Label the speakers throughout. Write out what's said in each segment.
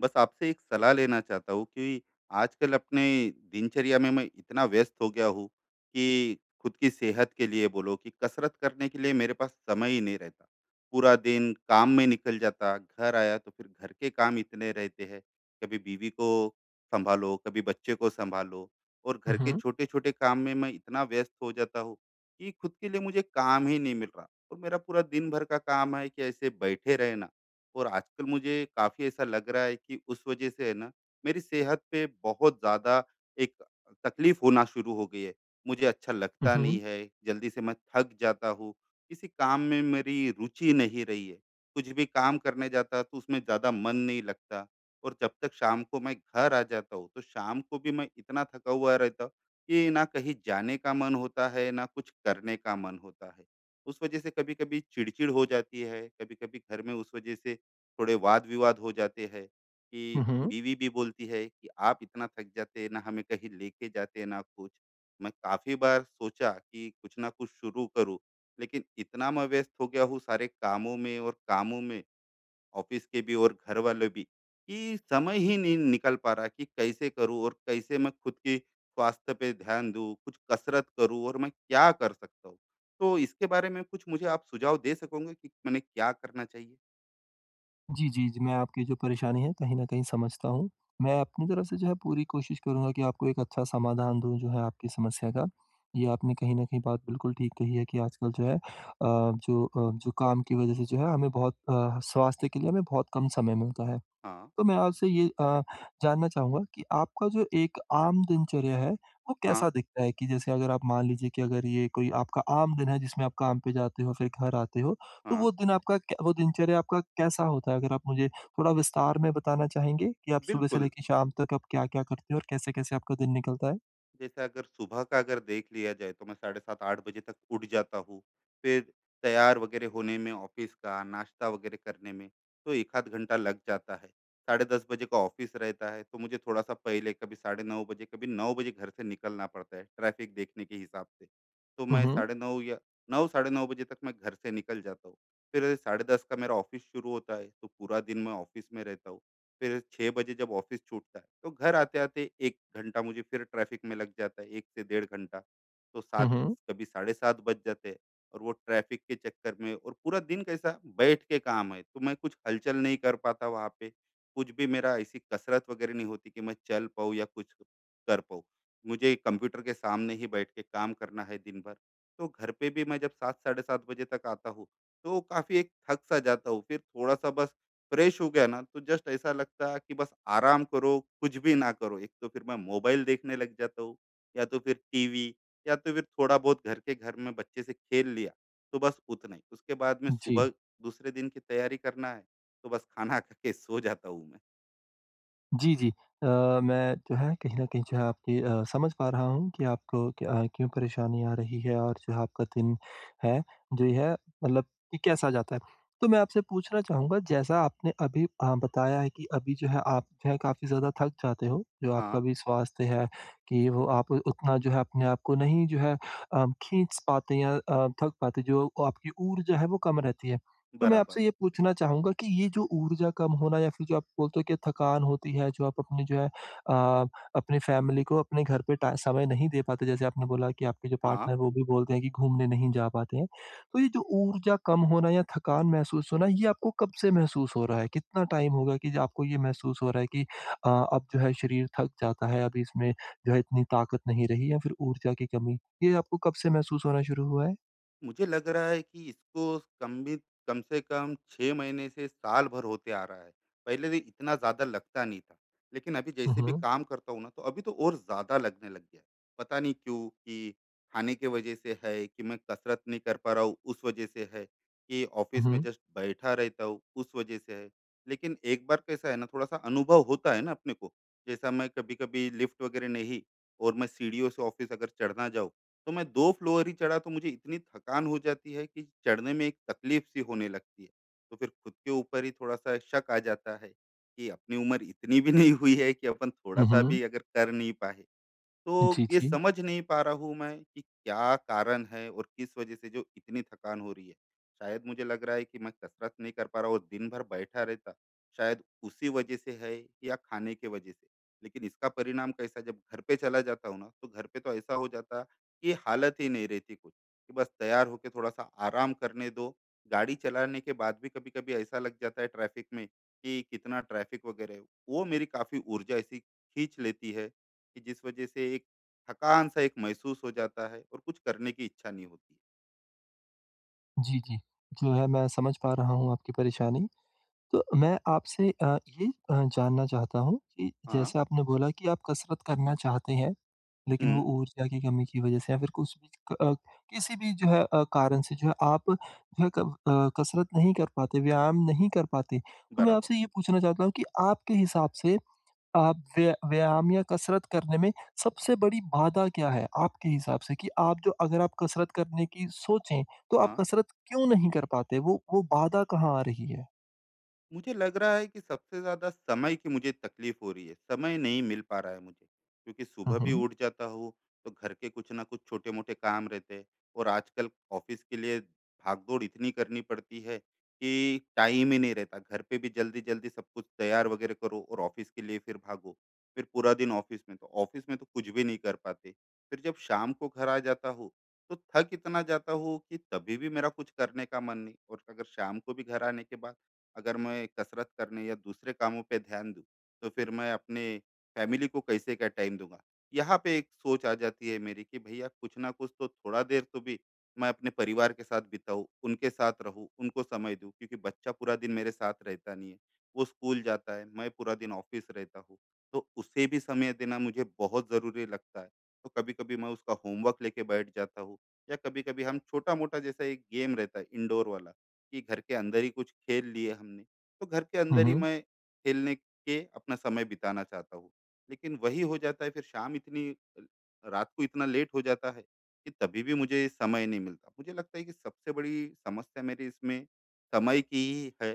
Speaker 1: बस आपसे एक सलाह लेना चाहता हूँ कि आजकल अपने दिनचर्या में मैं इतना व्यस्त हो गया हूँ कि खुद की सेहत के लिए बोलो कि कसरत करने के लिए मेरे पास समय ही नहीं रहता। पूरा दिन काम में निकल जाता, घर आया तो फिर घर के काम इतने रहते हैं, कभी बीवी को सँभालो, कभी बच्चे को सँभालो और
Speaker 2: हुँ,
Speaker 1: घर के
Speaker 2: हुँ,
Speaker 1: छोटे-छोटे काम में मैं इतना व्यस्त हो जाता हूँ कि खुद के लिए मुझे काम ही नहीं मिल रहा और मेरा पूरा दिन भर का काम है कि ऐसे बैठे रहना। और आजकल मुझे काफ़ी ऐसा लग रहा है कि उस वजह से है ना, मेरी सेहत पे बहुत ज़्यादा एक तकलीफ़ होना शुरू हो गई है। मुझे अच्छा लगता
Speaker 2: हुँ,
Speaker 1: नहीं है, जल्दी से मैं थक जाता हूँ, किसी काम में मेरी रुचि नहीं रही है। कुछ भी काम करने जाता तो उसमें ज़्यादा मन नहीं लगता और जब तक शाम को मैं घर आ जाता हूँ, तो शाम को भी मैं इतना थका हुआ रहता हूँ कि ना कहीं जाने का मन होता है, ना कुछ करने का मन होता है। उस वजह से कभी-कभी चिड़चिड़ हो जाती है, कभी-कभी घर में उस वजह से थोड़े वाद-विवाद हो जाते हैं कि
Speaker 2: हुँ, हुँ।
Speaker 1: बीवी भी बोलती है कि आप इतना थक जाते हैं, ना हमें कहीं लेके जाते, ना कुछ। मैं काफ़ी बार सोचा कि कुछ ना कुछ शुरू करूँ, लेकिन इतना मैं व्यस्त हो गया हूँ सारे कामों में और कामों में, ऑफ़िस के भी और घर वाले भी, कि समय ही नहीं निकल पा रहा कि कैसे करूँ और कैसे मैं खुद की स्वास्थ्य पे ध्यान दूँ, कुछ कसरत करूँ और मैं क्या कर सकता हूँ? तो इसके बारे में कुछ मुझे आप सुझाव दे सकोगे कि मैंने क्या करना चाहिए?
Speaker 2: जी, जी, जी, मैं आपकी जो परेशानी है कहीं न कहीं समझता हूँ। मैं अपनी तरफ से जो है पूरी कोशिश करूँगा कि आपको एक अच्छा समाधान दूँ जो है आपकी समस्या का। ये आपने कहीं न कहीं बात बिल्कुल ठीक कही है कि आजकल जो है जो काम की वज़ह से जो है हमें बहुत स्वास्थ्य के लिए हमें बहुत कम समय मिलता है।
Speaker 1: हाँ,
Speaker 2: तो मैं आपसे ये जानना चाहूँगा कि आपका जो एक आम दिनचर्या है, वो
Speaker 1: हाँ,
Speaker 2: कैसा दिखता है? कि जैसे अगर आप मान लीजिए कि अगर ये कोई आपका आम दिन है जिसमें आप काम पे जाते हो फिर घर आते हो, तो
Speaker 1: हाँ।
Speaker 2: वो दिन आपका क वो दिनचर्या आपका कैसा होता है? अगर आप मुझे थोड़ा विस्तार में बताना चाहेंगे कि आप सुबह से
Speaker 1: बिल्कुल,
Speaker 2: लेके शाम तक आप क्या-क्या करते हो और कैसे-कैसे आपका दिन निकलता है?
Speaker 1: जैसे अगर सुबह का अगर देख लिया जाए तो मैं साढ़े 7-8 बजे तक उठ जाता हूँ। फिर तैयार वगैरह होने में ऑफ़िस का, नाश्ता वगैरह करने में तो 1 आध घंटा लग जाता है। साढ़े 10 बजे का ऑफ़िस रहता है तो मुझे थोड़ा-सा पहले कभी साढ़े 9 बजे, कभी 9 बजे घर से निकलना पड़ता है ट्रैफ़िक देखने के हिसाब से। तो
Speaker 2: हुँ,
Speaker 1: मैं
Speaker 2: हुँ।
Speaker 1: साढ़े 9 या 9 साढ़े 9 बजे तक मैं घर से निकल जाता हूँ। फिर साढ़े 10 का मेरा ऑफ़िस शुरू होता है तो पूरा दिन मैं ऑफ़िस में रहता हूँ। फिर 6 बजे जब ऑफिस छूटता है तो घर आते-आते 1 घंटा मुझे फिर ट्रैफिक में लग जाता है, 1 से डेढ़ घंटा। तो
Speaker 2: हुँ,
Speaker 1: 7
Speaker 2: हुँ।
Speaker 1: कभी 7:30 बज जाते हैं और वो ट्रैफिक के चक्कर में और पूरा दिन कैसा बैठ के काम है, तो मैं कुछ हलचल नहीं कर पाता वहाँ पे। कुछ भी मेरा ऐसी कसरत वगैरह नहीं होती कि मैं चल पाऊँ या कुछ कर पाऊँ। मुझे कंप्यूटर के सामने ही बैठ के काम करना है दिन भर। तो घर पे भी मैं जब 7 साढ़े 7 बजे तक आता हूँ, तो काफ़ी एक थक-सा जाता हूँ। फिर थोड़ा-सा बस फ्रेश हो गया ना तो जस्ट ऐसा लगता कि बस आराम करो, कुछ भी ना करो। एक तो फिर मैं मोबाइल देखने लग जाता हूँ या तो फिर टीवी या तो फिर थोड़ा बहुत घर में बच्चे से खेल लिया, तो बस उतना ही। उसके बाद में
Speaker 2: जी।
Speaker 1: सुबह दूसरे दिन की तैयारी करना है, तो बस खाना खा के सो जाता हूँ मैं।
Speaker 2: जी, जी। अ, मैं जो है कहीं न कहीं जो है आपकी समझ पा रहा हूँ कि आपको क्यों परेशानी आ रही है और जो है आपका दिन है, जो ये है मतलब कि कैसा जाता है। तो मैं आपसे पूछना चाहूँगा जैसा आपने अभी बताया है कि अभी जो है आप जो है काफ़ी ज़्यादा थक जाते हो, जो आपका
Speaker 1: हाँ,
Speaker 2: भी स्वास्थ्य है कि वो आप उतना जो है अपने आप को नहीं जो है खींच पाते या थक पाते, जो आपकी ऊर्जा है वो कम रहती है। तो मैं
Speaker 1: बराबर।
Speaker 2: आपसे ये पूछना चाहूँगा कि ये जो ऊर्जा कम होना या फिर जो आप बोलते हो कि थकान होती है, जो आप अपनी जो है अपनी फ़ैमिली को अपने घर पे टा समय नहीं दे पाते, जैसे आपने बोला कि आपके जो
Speaker 1: हाँ।
Speaker 2: पार्टनर वो भी बोलते हैं कि घूमने नहीं जा पाते हैं। तो ये जो ऊर्जा कम होना या थकान महसूस होना, ये आपको कब से महसूस हो रहा है? कितना टाइम होगा कि जो आपको ये महसूस हो रहा है कि अब जो है शरीर थक जाता है, अब इसमें जो है इतनी ताकत नहीं रही या फिर ऊर्जा की कमी? ये आपको कब से महसूस होना शुरू हुआ है?
Speaker 1: मुझे लग रहा है कि इसको कम भी कम से कम 6 महीने से साल भर होते आ रहा है। पहले तो इतना ज़्यादा लगता नहीं था। लेकिन अभी
Speaker 2: हुँ,
Speaker 1: जैसे भी
Speaker 2: हुँ।
Speaker 1: काम करता हूँ ना, तो अभी तो और ज़्यादा लगने लग गया है। पता नहीं क्यों कि खाने की वजह से है, कि मैं कसरत नहीं कर पा रहा हूँ उस वजह से है, कि
Speaker 2: हुँ,
Speaker 1: ऑफ़िस में
Speaker 2: हुँ।
Speaker 1: जस्ट बैठा रहता हूँ उस वजह से है। लेकिन एक बार कैसा है ना, थोड़ा-सा अनुभव होता है ना अपने को, जैसा मैं कभी-कभी लिफ्ट वगैरह नहीं और मैं सीढ़ियों से ऑफ़िस अगर चढ़ना जाऊँ, तो मैं 2 फ्लोर ही चढ़ा तो मुझे इतनी थकान हो जाती है कि चढ़ने में एक तकलीफ सी होने लगती है। तो फिर खुद के ऊपर ही थोड़ा-सा शक आ जाता है कि अपनी उम्र इतनी भी नहीं हुई है कि अपन
Speaker 2: हुँ,
Speaker 1: थोड़ा-सा
Speaker 2: हुँ।
Speaker 1: भी अगर कर नहीं पाए, तो
Speaker 2: जी,
Speaker 1: ये
Speaker 2: जी।
Speaker 1: समझ नहीं पा रहा हूँ मैं कि क्या कारण है और किस वजह से जो इतनी थकान हो रही है। शायद मुझे लग रहा है कि मैं कसरत नहीं कर पा रहा और दिन भर बैठा रहता, शायद उसी वजह से है या खाने के वजह से। लेकिन इसका परिणाम कैसा, जब घर पे चला जाता हूँ ना, तो घर पे तो ऐसा हो जाता कि हालत ही नहीं रहती कुछ, कि बस तैयार होके थोड़ा-सा आराम करने दो। गाड़ी चलाने के बाद भी कभी-कभी ऐसा लग जाता है ट्रैफिक में कि कितना ट्रैफिक वगैरह है, वो मेरी काफ़ी ऊर्जा ऐसी खींच लेती है कि जिस वजह से एक थकान-सा एक महसूस हो जाता है और कुछ करने की इच्छा नहीं होती है।
Speaker 2: जी, जी। जो है मैं समझ पा रहा हूँ आपकी परेशानी। तो मैं आपसे ये जानना चाहता हूँ कि
Speaker 1: हाँ।
Speaker 2: जैसे आपने बोला कि आप कसरत करना चाहते हैं, लेकिन वो
Speaker 1: हुँ,
Speaker 2: ऊर्जा की कमी की वज़ह से या फिर कुछ भी किसी भी जो है कारण से जो है आप जो है कब कसरत नहीं कर पाते, व्यायाम नहीं कर पाते। तो मैं
Speaker 1: बराबर।
Speaker 2: आपसे ये पूछना चाहता हूँ कि आपके हिसाब से आप व्यायाम या कसरत करने में सबसे बड़ी बाधा क्या है आपके हिसाब से? कि आप जो अगर आप कसरत करने की सोचें, तो आप
Speaker 1: हाँ।
Speaker 2: कसरत क्यों नहीं कर पाते? वो बाधा कहाँ आ रही है?
Speaker 1: मुझे लग रहा है कि सबसे ज्यादा समय की मुझे तकलीफ हो रही है, समय नहीं मिल पा रहा है मुझे, क्योंकि
Speaker 2: हुँ,
Speaker 1: सुबह भी
Speaker 2: हुँ।
Speaker 1: उठ जाता हूँ तो घर के कुछ ना कुछ छोटे मोटे काम रहते हैं और आजकल ऑफिस के लिए भागदौड़ इतनी करनी पड़ती है कि टाइम ही नहीं रहता घर पे भी। जल्दी जल्दी सब कुछ तैयार वगैरह करो और ऑफिस के लिए फिर भागो। फिर पूरा दिन ऑफिस में, तो ऑफिस में तो कुछ भी नहीं कर पाते। फिर जब शाम को घर आ जाता हूँ तो थक इतना जाता हूँ कि तभी भी मेरा कुछ करने का मन नहीं, और अगर शाम को भी घर आने के बाद अगर मैं कसरत करने या दूसरे कामों पे ध्यान दूँ, तो फिर मैं अपने फैमिली को कैसे क्या टाइम दूँगा? यहाँ पे एक सोच आ जाती है मेरी कि भैया कुछ ना कुछ तो थोड़ा देर तो भी मैं अपने परिवार के साथ बिताऊँ, उनके साथ रहूँ, उनको समय दूँ, क्योंकि बच्चा पूरा दिन मेरे साथ रहता नहीं है। वो स्कूल जाता है, मैं पूरा दिन ऑफ़िस रहता हूँ, तो उसे भी समय देना मुझे बहुत ज़रूरी लगता है। तो कभी-कभी मैं उसका होमवर्क लेके बैठ जाता हूँ, या कभी-कभी हम छोटा-मोटा जैसा एक गेम रहता है इंडोर वाला कि घर के अंदर ही कुछ खेल लिए हमने, तो घर के
Speaker 2: हुँ,
Speaker 1: अंदर ही
Speaker 2: हुँ।
Speaker 1: मैं खेलने के अपना समय बिताना चाहता हूँ। लेकिन वही हो जाता है, फिर शाम इतनी, रात को इतना लेट हो जाता है कि तभी भी मुझे समय नहीं मिलता। मुझे लगता है कि सबसे बड़ी समस्या मेरी इसमें समय की ही है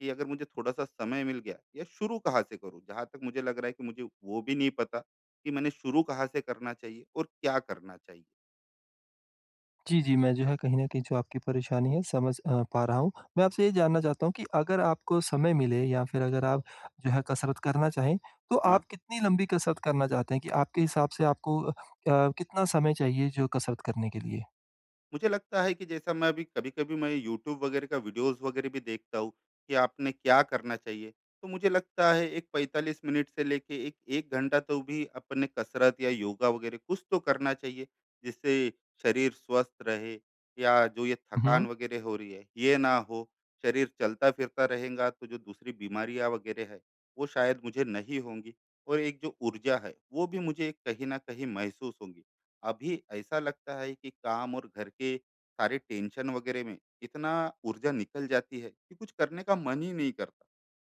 Speaker 1: कि अगर मुझे थोड़ा सा समय मिल गया, या शुरू कहाँ से करूँ, जहाँ तक मुझे लग रहा है कि मुझे वो भी नहीं पता कि मैंने शुरू कहाँ से करना चाहिए और क्या करना चाहिए।
Speaker 2: जी, जी, मैं जो है कहीं न कहीं जो आपकी परेशानी है समझ पा रहा हूँ। मैं आपसे ये जानना चाहता हूँ कि अगर आपको समय मिले या फिर अगर आप जो है कसरत करना चाहें, तो
Speaker 1: हाँ।
Speaker 2: आप कितनी लंबी कसरत करना चाहते हैं? कि आपके हिसाब से आपको कितना समय चाहिए जो कसरत करने के लिए?
Speaker 1: मुझे लगता है कि जैसा मैं अभी कभी-कभी मैं यूट्यूब वगैरह का वीडियोस वगैरह भी देखता हूँ, कि आपने क्या करना चाहिए। तो मुझे लगता है एक 45 मिनट से लेके एक 1 घंटा तो भी अपने कसरत या योगा वगैरह कुछ तो करना चाहिए, जिससे शरीर स्वस्थ रहे, या जो ये
Speaker 2: हुँ,
Speaker 1: थकान
Speaker 2: हुँ।
Speaker 1: वगैरह हो रही है, ये ना हो। शरीर चलता-फिरता रहेगा तो जो दूसरी बीमारियाँ वगैरह है, वो शायद मुझे नहीं होंगी, और एक जो ऊर्जा है, वो भी मुझे कहीं न कहीं महसूस होंगी। अभी ऐसा लगता है कि काम और घर के सारे टेंशन वगैरह में इतना ऊर्जा निकल जाती है कि कुछ करने का मन ही नहीं करता,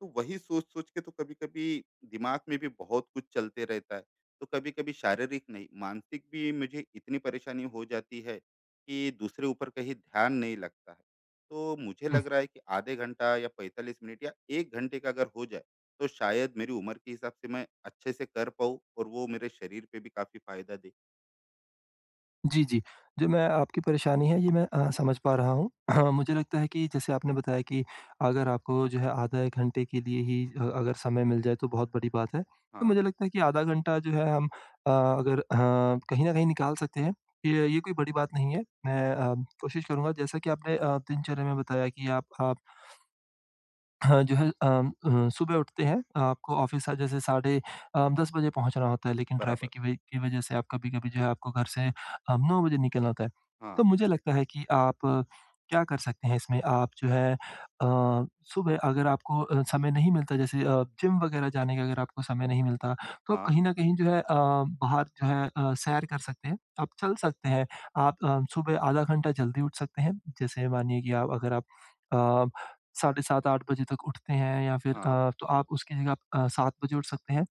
Speaker 1: तो वही सोच सोच के तो कभी कभी दिमाग में भी बहुत कुछ चलते रहता है, तो कभी कभी शारीरिक नहीं, मानसिक भी मुझे इतनी परेशानी हो जाती है कि दूसरे ऊपर कहीं ध्यान नहीं लगता है। तो मुझे लग रहा है कि आधे घंटा या 45 मिनट या एक घंटे का अगर हो जाए तो शायद मेरी उम्र के हिसाब से मैं अच्छे से कर पाऊँ और वो मेरे शरीर पे भी काफी फायदा दे।
Speaker 2: जी, जी। जो मैं आपकी परेशानी है ये मैं समझ पा रहा हूँ। हाँ, मुझे लगता है कि जैसे आपने बताया कि अगर आपको जो है आधा 1 घंटे के लिए ही अगर समय मिल जाए तो बहुत बड़ी बात है। तो
Speaker 1: हाँ,
Speaker 2: मुझे लगता है कि आधा घंटा जो है हम अगर कहीं न कहीं निकाल सकते हैं। ये कोई बड़ी बात नहीं है। मैं कोशिश करूँगा जैसा कि आपने दिनचर्या में बताया कि आप हाँ, जो है सुबह उठते हैं आपको ऑफ़िस सा जैसे साढ़े 10 बजे पहुँचना होता है लेकिन
Speaker 1: बराबर।
Speaker 2: ट्रैफ़िक की वे की वज़ह से आप कभी-कभी जो है आपको घर से 9 बजे निकलना होता है।
Speaker 1: हाँ,
Speaker 2: तो मुझे लगता है कि आप क्या कर सकते हैं इसमें आप जो है सुबह अगर आपको समय नहीं मिलता जैसे जिम वग़ैरह जाने का अगर आपको समय नहीं मिलता तो आप
Speaker 1: हाँ,
Speaker 2: कहीं न कहीं जो है बाहर जो है सैर कर सकते हैं। आप चल सकते हैं। आप सुबह आधा घंटा जल्दी उठ सकते हैं। जैसे मानिए कि आप अगर आप अ, साढ़े 7-8 बजे तक उठते हैं या फिर
Speaker 1: हाँ,
Speaker 2: तो आप उसकी जगह 7 बजे उठ सकते हैं।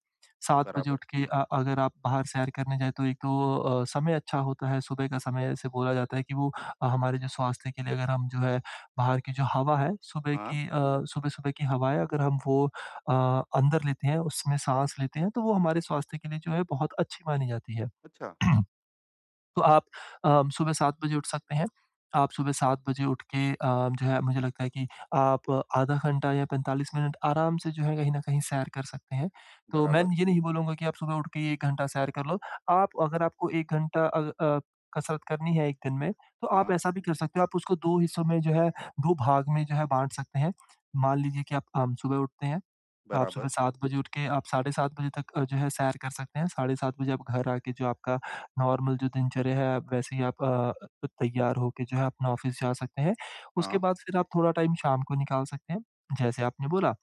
Speaker 2: 7 बजे
Speaker 1: बराबर।
Speaker 2: उठ के अगर आप बाहर सैर करने जाएँ तो एक तो समय अच्छा होता है, सुबह का समय ऐसे बोला जाता है कि वो हमारे जो स्वास्थ्य के लिए अगर हम जो है बाहर की जो हवा है, सुबह
Speaker 1: हाँ,
Speaker 2: की सुबह-सुबह की हवाएँ अगर हम वो अंदर लेते हैं, उसमें साँस लेते हैं, तो वो हमारे स्वास्थ्य के लिए जो है बहुत अच्छी मानी जाती है।
Speaker 1: अच्छा,
Speaker 2: तो आप सुबह 7 बजे उठ सकते हैं। आप सुबह 7 बजे उठ के जो है मुझे लगता है कि आप आधा घंटा या 45 मिनट आराम से जो है कहीं न कहीं सैर कर सकते हैं। तो मैं
Speaker 1: बराबर।
Speaker 2: ये नहीं बोलूँगा कि आप सुबह उठ के ही 1 घंटा सैर कर लो। आप अगर आपको 1 घंटा कसरत करनी है 1 दिन में, तो आप
Speaker 1: हाँ,
Speaker 2: ऐसा भी कर सकते हो। आप उसको 2 हिस्सों में जो है 2 भाग में जो है बाँट सकते हैं। मान लीजिए कि आप सुबह उठते हैं आप सुबह
Speaker 1: बराबर।
Speaker 2: 7 बजे उठ के आप साढ़े 7 बजे तक जो है सैर कर सकते हैं। साढ़े 7 बजे आप घर आके जो आपका नॉर्मल जो दिनचर्या है आप वैसे ही आप तैयार होके जो है अपना ऑफ़िस जा सकते हैं। उसके
Speaker 1: हाँ,
Speaker 2: बाद फिर आप थोड़ा टाइम शाम को निकाल सकते हैं। जैसे आपने बोला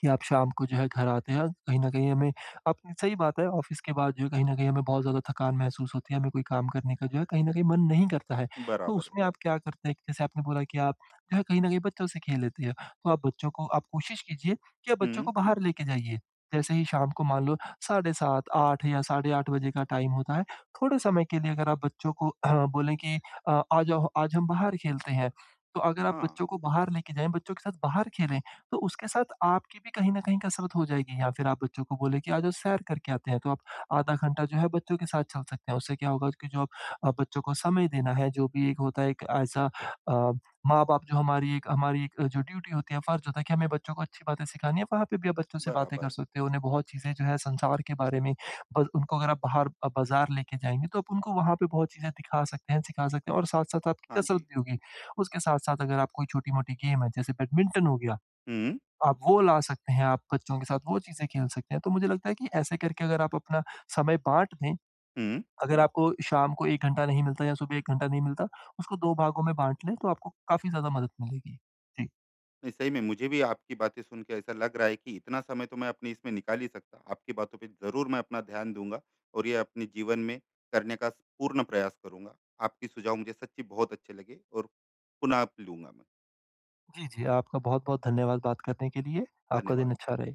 Speaker 2: कि आप शाम को जो है घर आते हैं, कहीं न कहीं हमें आपने सही बात है ऑफ़िस के बाद जो है कहीं न कहीं हमें बहुत ज़्यादा थकान महसूस होती है, हमें कोई काम करने का जो है कहीं न कहीं मन नहीं करता है। तो
Speaker 1: बराबर है।
Speaker 2: उसमें आप क्या करते हैं? कि जैसे आपने बोला कि आप जो है कहीं न कहीं बच्चों से खेल लेते हैं, तो आप बच्चों को आप कोशिश कीजिए कि आप बच्चों
Speaker 1: हुँ,
Speaker 2: को बाहर लेके जाइए। जैसे ही शाम को मान लो 7:30, 8 या साढ़े 8 बजे का टाइम होता है, थोड़े समय के लिए अगर आप बच्चों को बोलें कि आ जाओ आज हम बाहर खेलते हैं, तो अगर आप
Speaker 1: हाँ,
Speaker 2: बच्चों को बाहर लेके जाएँ, बच्चों के साथ बाहर खेलें। तो उसके साथ आपकी भी कहीं न कहीं कसरत हो जाएगी या फिर आप बच्चों को बोले कि आ जाओ सैर करके आते हैं, तो आप आधा घंटा जो है बच्चों के साथ चल सकते हैं। उससे क्या होगा कि जो आप बच्चों को समय देना है, जो भी एक होता है एक ऐसा अ, माँ-बाप जो हमारी एक जो ड्यूटी होती है, फ़र्ज़ होता है कि हमें बच्चों को अच्छी बातें सिखानी है, वहाँ पे भी आप बच्चों से बातें
Speaker 1: बराबर,
Speaker 2: कर सकते हो। उन्हें बहुत चीज़ें जो है संसार के बारे में ब उनको अगर आप बाहर बाज़ार लेके जाएँगे, तो आप उनको वहाँ पे बहुत चीज़ें दिखा सकते हैं, सिखा सकते हैं और साथ-साथ
Speaker 1: हाँ
Speaker 2: आपकी कसरत
Speaker 1: जी।
Speaker 2: भी होगी। उसके साथ-साथ अगर आप कोई छोटी-मोटी गेम है, जैसे बैडमिंटन हो गया,
Speaker 1: हुँ,
Speaker 2: आप वो ला सकते हैं, आप बच्चों के साथ वो चीज़ें खेल सकते हैं। तो मुझे लगता है कि ऐसे करके अगर आप अपना समय बाँट दें,
Speaker 1: हुँ।
Speaker 2: अगर आपको शाम को 1 घंटा नहीं मिलता या सुबह 1 घंटा नहीं मिलता, उसको 2 भागों में बाँट लें तो आपको काफ़ी ज़्यादा मदद मिलेगी। जी।
Speaker 1: नहीं, सही में मुझे भी आपकी बातें सुन के ऐसा लग रहा है कि इतना समय तो मैं अपने इसमें निकाल ही सकता। आपकी बातों पे ज़रूर मैं अपना ध्यान दूँगा और ये अपने जीवन में करने का स पूर्ण प्रयास करूँगा। आपके सुझाव मुझे सच्ची बहुत अच्छे लगे और पुनः लूँगा मैं।
Speaker 2: जी, जी, आपका बहुत-बहुत धन्यवाद बात करने के लिए। आपका
Speaker 1: धन्यवाद।
Speaker 2: दिन अच्छा रहे।